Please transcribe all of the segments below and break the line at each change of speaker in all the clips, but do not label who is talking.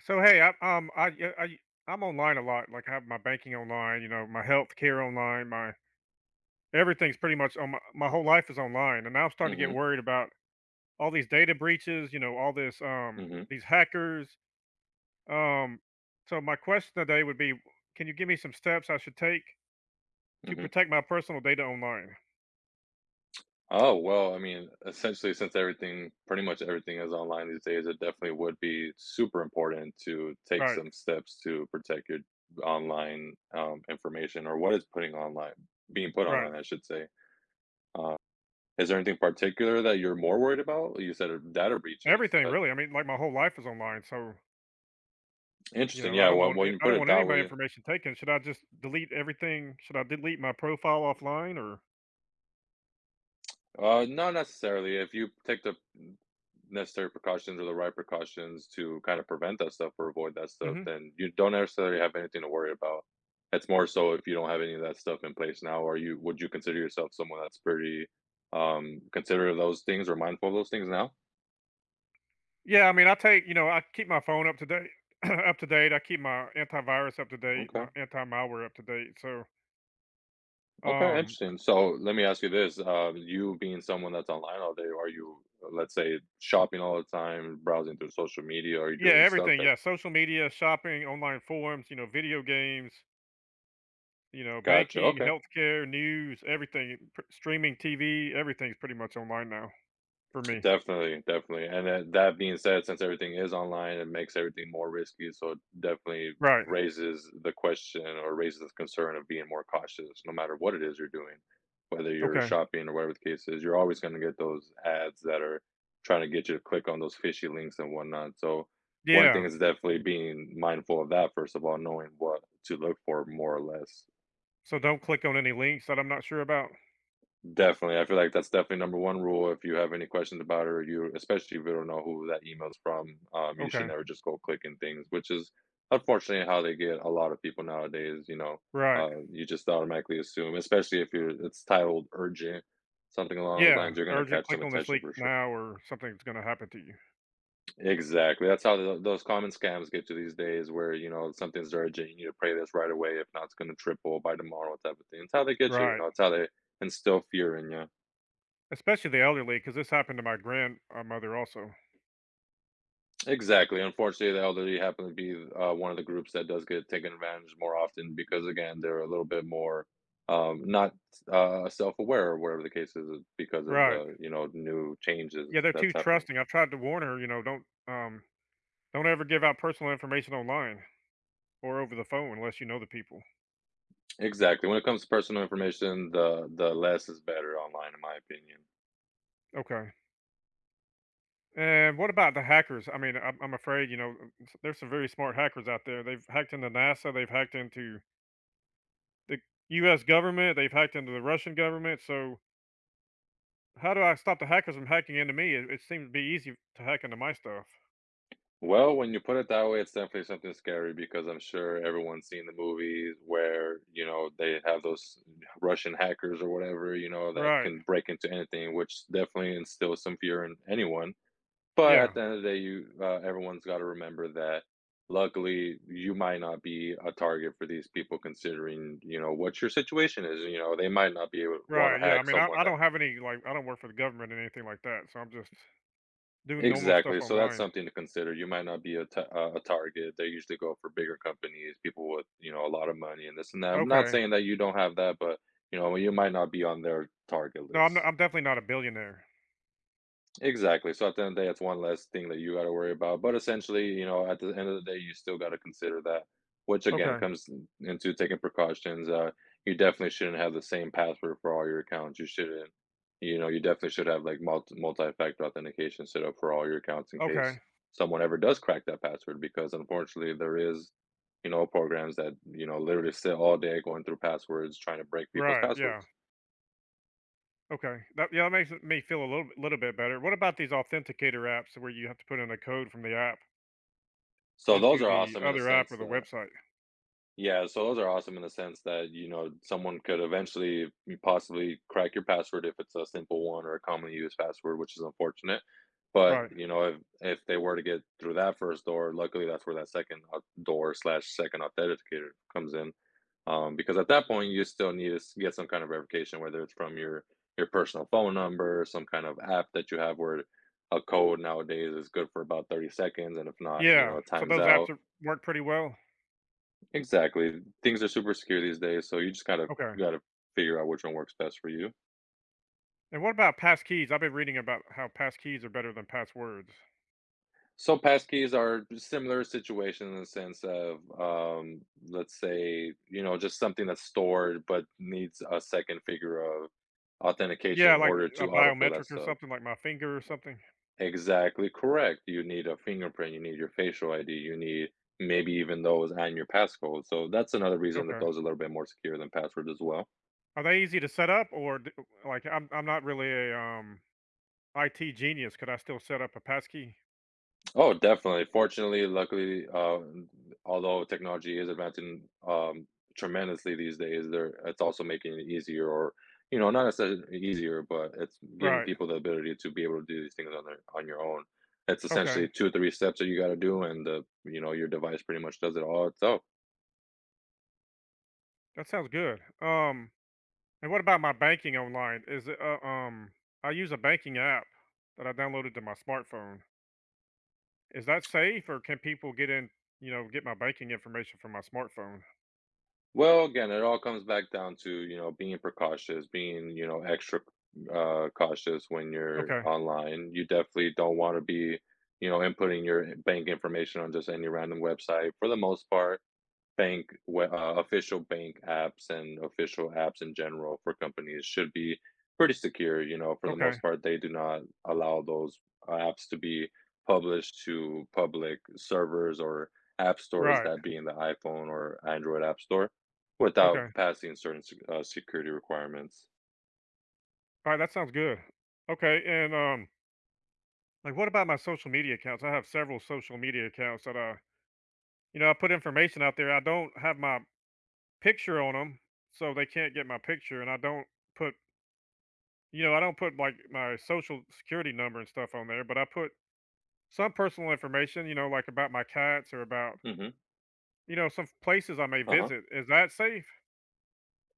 So hey, I'm online a lot. Like I have my banking online, you know, my health care online, my everything's pretty much on my whole life is online. And now I'm starting to get
Mhm,
worried about all these data breaches, you know, all
mhm,
these hackers. Um, so my question today would be, can you give me some steps I should take to
mhm.
protect my personal data online?
Oh, well, I mean, essentially, since everything, pretty much everything is online these days, it definitely would be super important to take
Right,
some steps to protect your online information or what is putting online, being put
right.
online, I should say. Uh, is there anything particular that you're more worried about? You said data breaches.
Everything really. I mean, like my whole life is online. So, you
Interesting.
know,
Yeah. Well, when you
I
put
don't
it
want any of
that
my
way,
information taken. Should I just delete everything? Should I delete my profile offline or
Not necessarily. If you take the necessary precautions or the right precautions to kind of prevent that stuff or avoid that stuff,
hmm?
then you don't necessarily have anything to worry about. It's more so if you don't have any of that stuff in place now, or you would you consider yourself someone that's pretty considerate of those things or mindful of those things now?
Yeah, I mean, I take you know, I keep my phone up to date, up to date. I keep my antivirus up to date,
Okay.
my anti malware up to date. So,
Okay,
um,
interesting. So let me ask you this. You being someone that's online all day, are you, let's say, shopping all the time, browsing through social media, are you
yeah,
doing stuff
everything.
that
Yeah, social media, shopping, online forums, you know, video games, you know,
gotcha?
banking,
Okay.
healthcare, news, everything, streaming TV, everything's pretty much online now for me.
Definitely, definitely. And that being said, since everything is online, it makes everything more risky. So it definitely
Right.
raises the question or raises the concern of being more cautious, no matter what it is you're doing, whether you're
Okay.
shopping or whatever the case is, you're always going to get those ads that are trying to get you to click on those fishy links and whatnot. So one thing
Yeah.
is definitely being mindful of that, first of all, knowing what to look for more or less.
So don't click on any links that I'm not sure about.
Definitely. I feel like that's definitely number one rule. If you have any questions about it, or you, especially if you don't know who that email's from, you
Okay.
should never just go clicking things, which is unfortunately how they get a lot of people nowadays, you know.
Right.
You just automatically assume, especially if you're it's titled urgent, something along those
Yeah.
lines, you're gonna
Urgent.
catch
Click
some
on this
attention
link
for sure.
now, or something's going to happen to you.
Exactly. That's how those common scams get to these days, where you know something's urgent, you need to pay this right away. If not, it's going to triple by tomorrow, type of thing. It's how they get you. You
Right.
know, it's how they instill fear in you.
Especially the elderly, because this happened to my grandmother also.
Exactly. Unfortunately, the elderly happen to be one of the groups that does get taken advantage more often because, again, they're a little bit more not self-aware or whatever the case is because of
Right.
the new
Yeah,
changes
they're too
that's happening.
trusting. I've tried to warn her, you know, don't ever give out personal information online or over the phone unless you know the people.
Exactly. When it comes to personal information, the less is better online, in my opinion.
Okay. And what about the hackers? I mean, I'm afraid, you know, there's some very smart hackers out there. They've hacked into NASA, they've hacked into the US government, they've hacked into the Russian government. So, how do I stop the hackers from hacking into me? It seems to be easy to hack into my stuff.
Well, when you put it that way, it's definitely something scary because I'm sure everyone's seen the movies where, you know, they have those Russian hackers or whatever, you know, that
Right.
can break into anything, which definitely instills some fear in anyone. But at
Yeah.
the end of the day, you everyone's got to remember that luckily you might not be a target for these people considering, you know, what your situation is. You know, they might not be able to want
Right,
to
yeah, I
hack
mean, I
someone
I
that
don't have any, like I don't work for the government or anything like that, so I'm just doing normal stuff
exactly. So that's
online.
something to consider. You might not be a ta a target. They usually go for bigger companies, people with, you know, a lot of money and this and that. I'm not
Okay.
saying that you don't have that, but, you know, you might not be on their target
No,
list.
I'm definitely not a billionaire.
Exactly. So at the end of the day, it's one less thing that you got to worry about. But essentially, you know, at the end of the day, you still got to consider that, which again
Okay,
comes into taking precautions. You definitely shouldn't have the same password for all your accounts. You shouldn't, you know, you definitely should have like multi-factor authentication set up for all your accounts in case
okay.
someone ever does crack that password. Because unfortunately, there is, you know, programs that you know literally sit all day going through passwords trying to break people's
Right, yeah,
passwords.
okay. That makes it me feel a little bit better. What about these authenticator apps where you have to put in a code from the app
So those
into
are
the
awesome in the
other app or
sense
the
that
website?
yeah, so those are awesome in the sense that, you know, someone could eventually possibly crack your password if it's a simple one or a commonly used password, which is unfortunate. But,
Right.
you know, if they were to get through that first door, luckily that's where that second door slash second authenticator comes in. Because at that point, you still need to get some kind of verification, whether it's from your personal phone number, some kind of app that you have where a code nowadays is good for about 30 seconds, and if not, you
Yeah,
know, it
so
times
those apps
out
are work pretty well?
exactly. Things are super secure these days, so you just gotta
Okay.
you gotta figure out which one works best for you.
And what about passkeys? I've been reading about how passkeys are better than passwords.
So passkeys are similar situation in the sense of, let's say, you know, just something that's stored but needs a second figure of authentication
Yeah,
in
like
order
a
to autofill that
biometric or
stuff.
something, like my finger or something?
Exactly correct. You need a fingerprint, you need your facial ID, you need maybe even those and your passcode. So that's another reason that
Okay.
those are a little bit more secure than passwords as well.
Are they easy to set up or d like, I'm not really a, IT genius. Could I still set up a passkey?
Oh, definitely. Fortunately, luckily, although technology is advancing tremendously these days, there it's also making it easier, or you know, not necessarily easier, but it's giving
Right.
people the ability to be able to do these things on their on your own. It's
Okay.
essentially two or three steps that you got to do, and the you know your device pretty much does it all itself.
That sounds good. And what about my banking online? I use a banking app that I downloaded to my smartphone. Is that safe or can people get in, you know, get my banking information from my smartphone?
Well, again, it all comes back down to, you know, being precautious, being, you know, extra cautious when you're
Okay.
online. You definitely don't want to be, you know, inputting your bank information on just any random website. For the most part, official bank apps and official apps in general for companies should be pretty secure. You know, for the
Okay.
most part, they do not allow those apps to be published to public servers or app stores,
Right.
that being the iPhone or Android app store, without
Okay.
passing certain security requirements.
Alright, that sounds good. Okay, and, um, like, what about my social media accounts? I have several social media accounts that I You know, I put information out there. I don't have my picture on them, so they can't get my picture. And I don't put, you know, I don't put like my social security number and stuff on there, but I put some personal information, you know, like about my cats or about,
Hmm.
you know, some places I may
Uh-huh.
visit. Is that safe?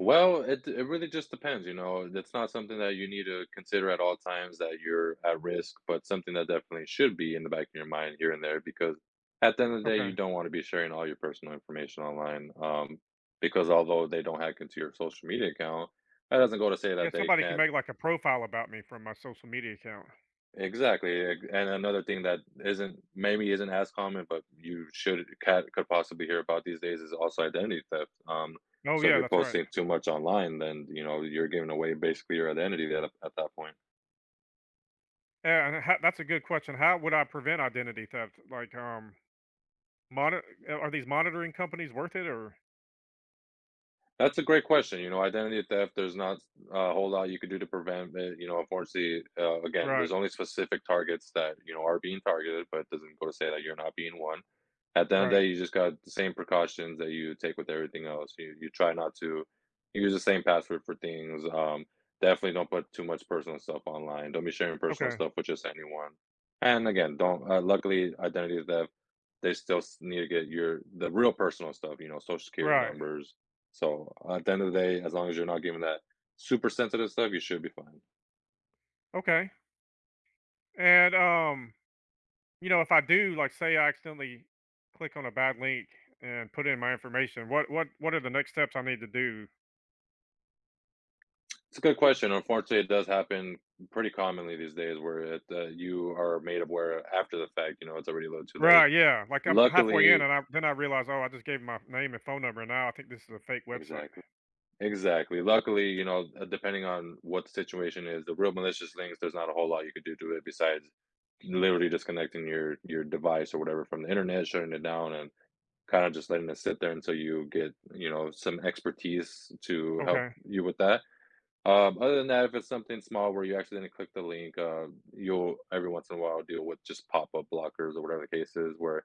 Well, it really just depends, you know, that's not something that you need to consider at all times that you're at risk, but something that definitely should be in the back of your mind here and there because at the end of the day, you
Okay.
don't want to be sharing all your personal information online. Because although they don't hack into your social media account, that doesn't go to say
Yeah,
that they
somebody can
can't
make like a profile about me from my social media account.
exactly, eg and another thing that isn't maybe isn't as common, but you should cat could possibly hear about these days is also identity theft,
Oh
so if
yeah,
you're
that's right.
posting too much online, then, you know, you're giving away basically your identity at that point.
Yeah, that's a good question. How would I prevent identity theft? Like, monitor Are these monitoring companies worth it or?
That's a great question. You know, identity theft, there's not a whole lot you could do to prevent it. You know, unfortunately, again, there's
Right,
only specific targets that, you know, are being targeted, but it doesn't go to say that you're not being one. At the end of the
right,
day, you just got the same precautions that you take with everything else. You try not to use the same password for things. Definitely don't put too much personal stuff online. Don't be sharing personal
okay,
stuff with just anyone. And again, don't, luckily, identity theft, they still need to get your, the real personal stuff, you know, social security
right.
numbers, so at the end of the day, as long as you're not giving that super sensitive stuff, you should be fine.
Okay. And You know, if I do, like, say I accidentally click on a bad link and put in my information, what are the next steps I need to do?
It's a good question. Unfortunately, it does happen pretty commonly these days where you are made aware after the fact. You know, it's already a little too late.
Right. Yeah. Like I'm halfway in,
Luckily,
and I then I realize, oh, I just gave my name and phone number, and now I think this is a fake website.
exactly, exactly. Luckily, you know, depending on what the situation is, the real malicious links, there's not a whole lot you could do to it besides literally disconnecting your device or whatever from the internet, shutting it down, and kind of just letting it sit there until you get, you know, some expertise to help
Okay.
you with that. Other than that, if it's something small where you actually didn't click the link, you'll every once in a while deal with just pop-up blockers or whatever the case is, where it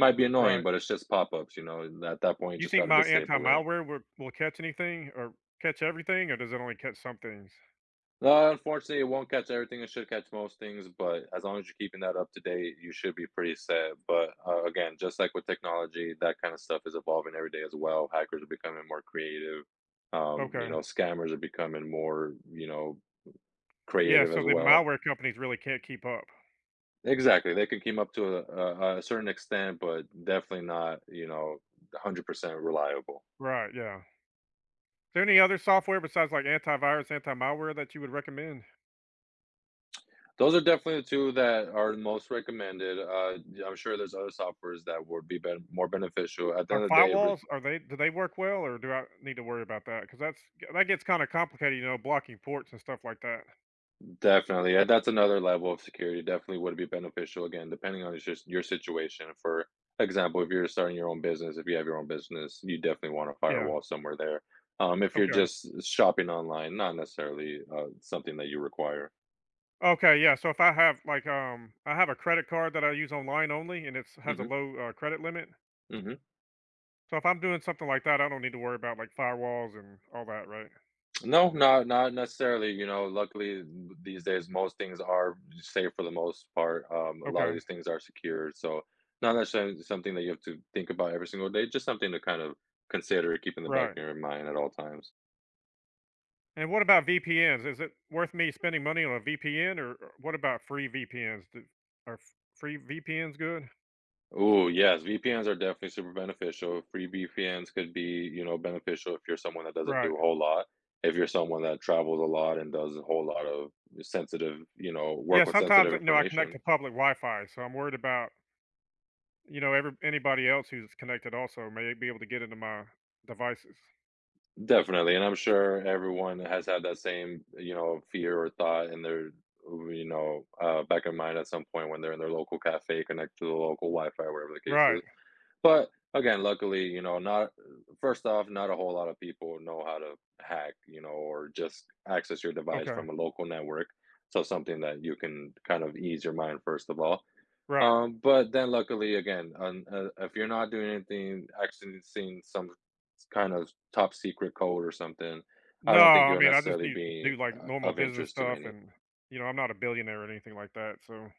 might be annoying,
Right.
but it's just pop-ups, you know, and at that point you
You
just
think
gotta
my anti
disable it.
malware will catch anything or catch everything, or does it only catch some things?
Unfortunately, it won't catch everything, it should catch most things, but as long as you're keeping that up to date, you should be pretty set. But, again, just like with technology, that kind of stuff is evolving every day as well. Hackers are becoming more creative. You
Okay.
know, scammers are becoming more, you know,
Yeah.
creative
So
as
the
well.
malware companies really can't keep up.
Exactly, they could keep up to a certain extent, but definitely not, 100% reliable.
Right. Yeah. Is there any other software besides like antivirus, anti malware that you would recommend?
Those are definitely the two that are most recommended, yeah, I'm sure there's other softwares that would be ben more beneficial. At the
Are
end of the day, re
firewalls are they do they work well, or do I need to worry about that? Because that gets kinda complicated, you know, blocking ports and stuff like that.
definitely, and that's another level of security, definitely would be beneficial, again, depending on just your situation. For example, if you're starting your own business, if you have your own business, you definitely want a
Yeah,
firewall somewhere there. If you're
okay.
just shopping online, not necessarily, something that you require.
Okay, yeah, so if I have, like, I have a credit card that I use online only, and it's has a
Mhm,
low, credit limit.
mhm.
So if I'm doing something like that, I don't need to worry about, like, firewalls and all that, right?
No, not necessarily. You know, luckily these days most things are safe for the most part. A lot of
Okay,
these things are secure, so not necessarily something that you have to think about every single day. Just something to kind of consider, keep in the back
right.
of your mind at all times.
And what about VPNs? Is it worth me spending money on a VPN, or what about free VPNs? Do are f Free VPNs good?
Oh yes, VPNs are definitely super beneficial. Free VPNs could be, beneficial if you're someone that doesn't
Right.
do a whole lot. If you're someone that travels a lot and does a whole lot of sensitive,
Yeah,
work with
sometimes,
sensitive
you know, I connect to
information.
public Wi-Fi, so I'm worried about, you know, every anybody else who's connected also may be able to get into my devices.
Definitely, and I'm sure everyone has had that same, fear or thought in their, back of mind at some point when they're in their local cafe, connected to the local Wi-Fi, whatever the case is.
Right.
But again, luckily, not first off, not a whole lot of people know how to hack, or just access your device
Okay.
from a local network. So something that you can kind of ease your mind first of all.
Right.
But then luckily again, if you're not doing anything, actually seeing some kind of top secret code or something, I
No,
don't think
I
you'll
mean, I just
necessarily
need
be
do like normal
of
business
interest to
stuff,
many.
and you know, I'm not a billionaire or anything like that. So.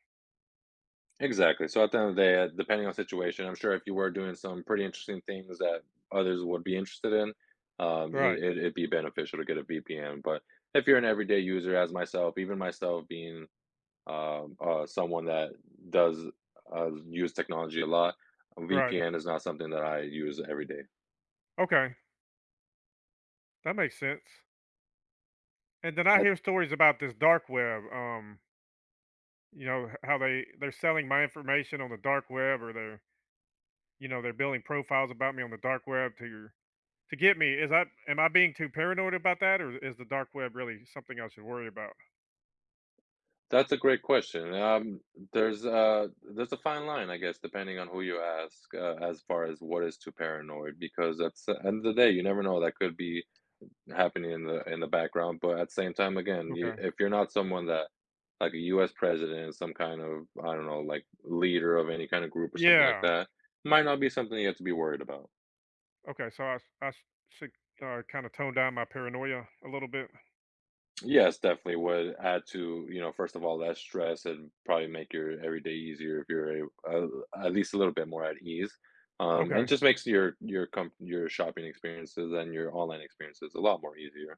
Exactly. So at the end of the day, depending on situation, I'm sure if you were doing some pretty interesting things that others would be interested in, um, it,
Right.
it, it'd be beneficial to get a VPN. But if you're an everyday user, as myself, even myself being someone that does use technology a lot.
Right.
VPN is not something that I use every day.
Okay, that makes sense. And then I
Uh,
hear stories about this dark web. You know how they're selling my information on the dark web, or they're you know they're building profiles about me on the dark web to get me. Is I am I being too paranoid about that, or is the dark web really something I should worry about?
That's a great question. There's uh, there's a fine line, I guess, depending on who you ask, as far as what is too paranoid, because at the end of the day, you never know that could be happening in the background. But at the same time, again,
Okay.
if you're not someone that like a U.S. president, some kind of I don't know, like leader of any kind of group or something like
Yeah.
that, might not be something you have to be worried about.
Okay. So I s- should kind of tone down my paranoia a little bit.
Yes, definitely would add to, first of all, less stress and probably make your everyday easier if you're a, at least a little bit more at ease. And
Okay.
just makes your shopping experiences and your online experiences a lot more easier.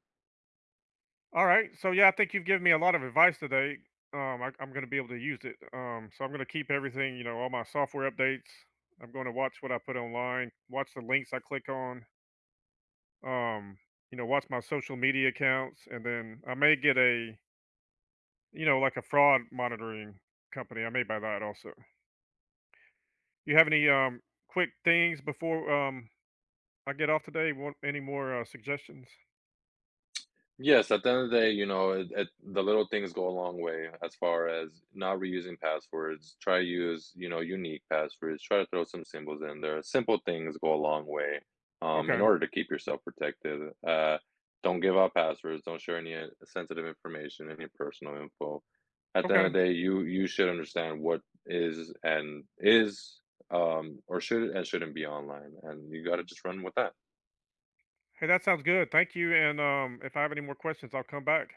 All right. So yeah, I think you've given me a lot of advice today. I'm going to be able to use it. So I'm going to keep everything. You know, all my software updates. I'm going to watch what I put online. Watch the links I click on. Um, you know, watch my social media accounts, and then I may get a You know, like a fraud monitoring company. I may buy that also. You have any quick things before I get off today? Want any more suggestions?
Yes, at the end of the day, the little things go a long way as far as not reusing passwords. Try use, unique passwords. Try to throw some symbols in there. Simple things go a long way in
Okay.
order to keep yourself protected. Don't give out passwords. Don't share any sensitive information, any personal info. At the end of
Okay.
the day, you should understand what is and is or should and shouldn't be online, and you got to just run with that.
Hey, that sounds good. Thank you. And If I have any more questions, I'll come back.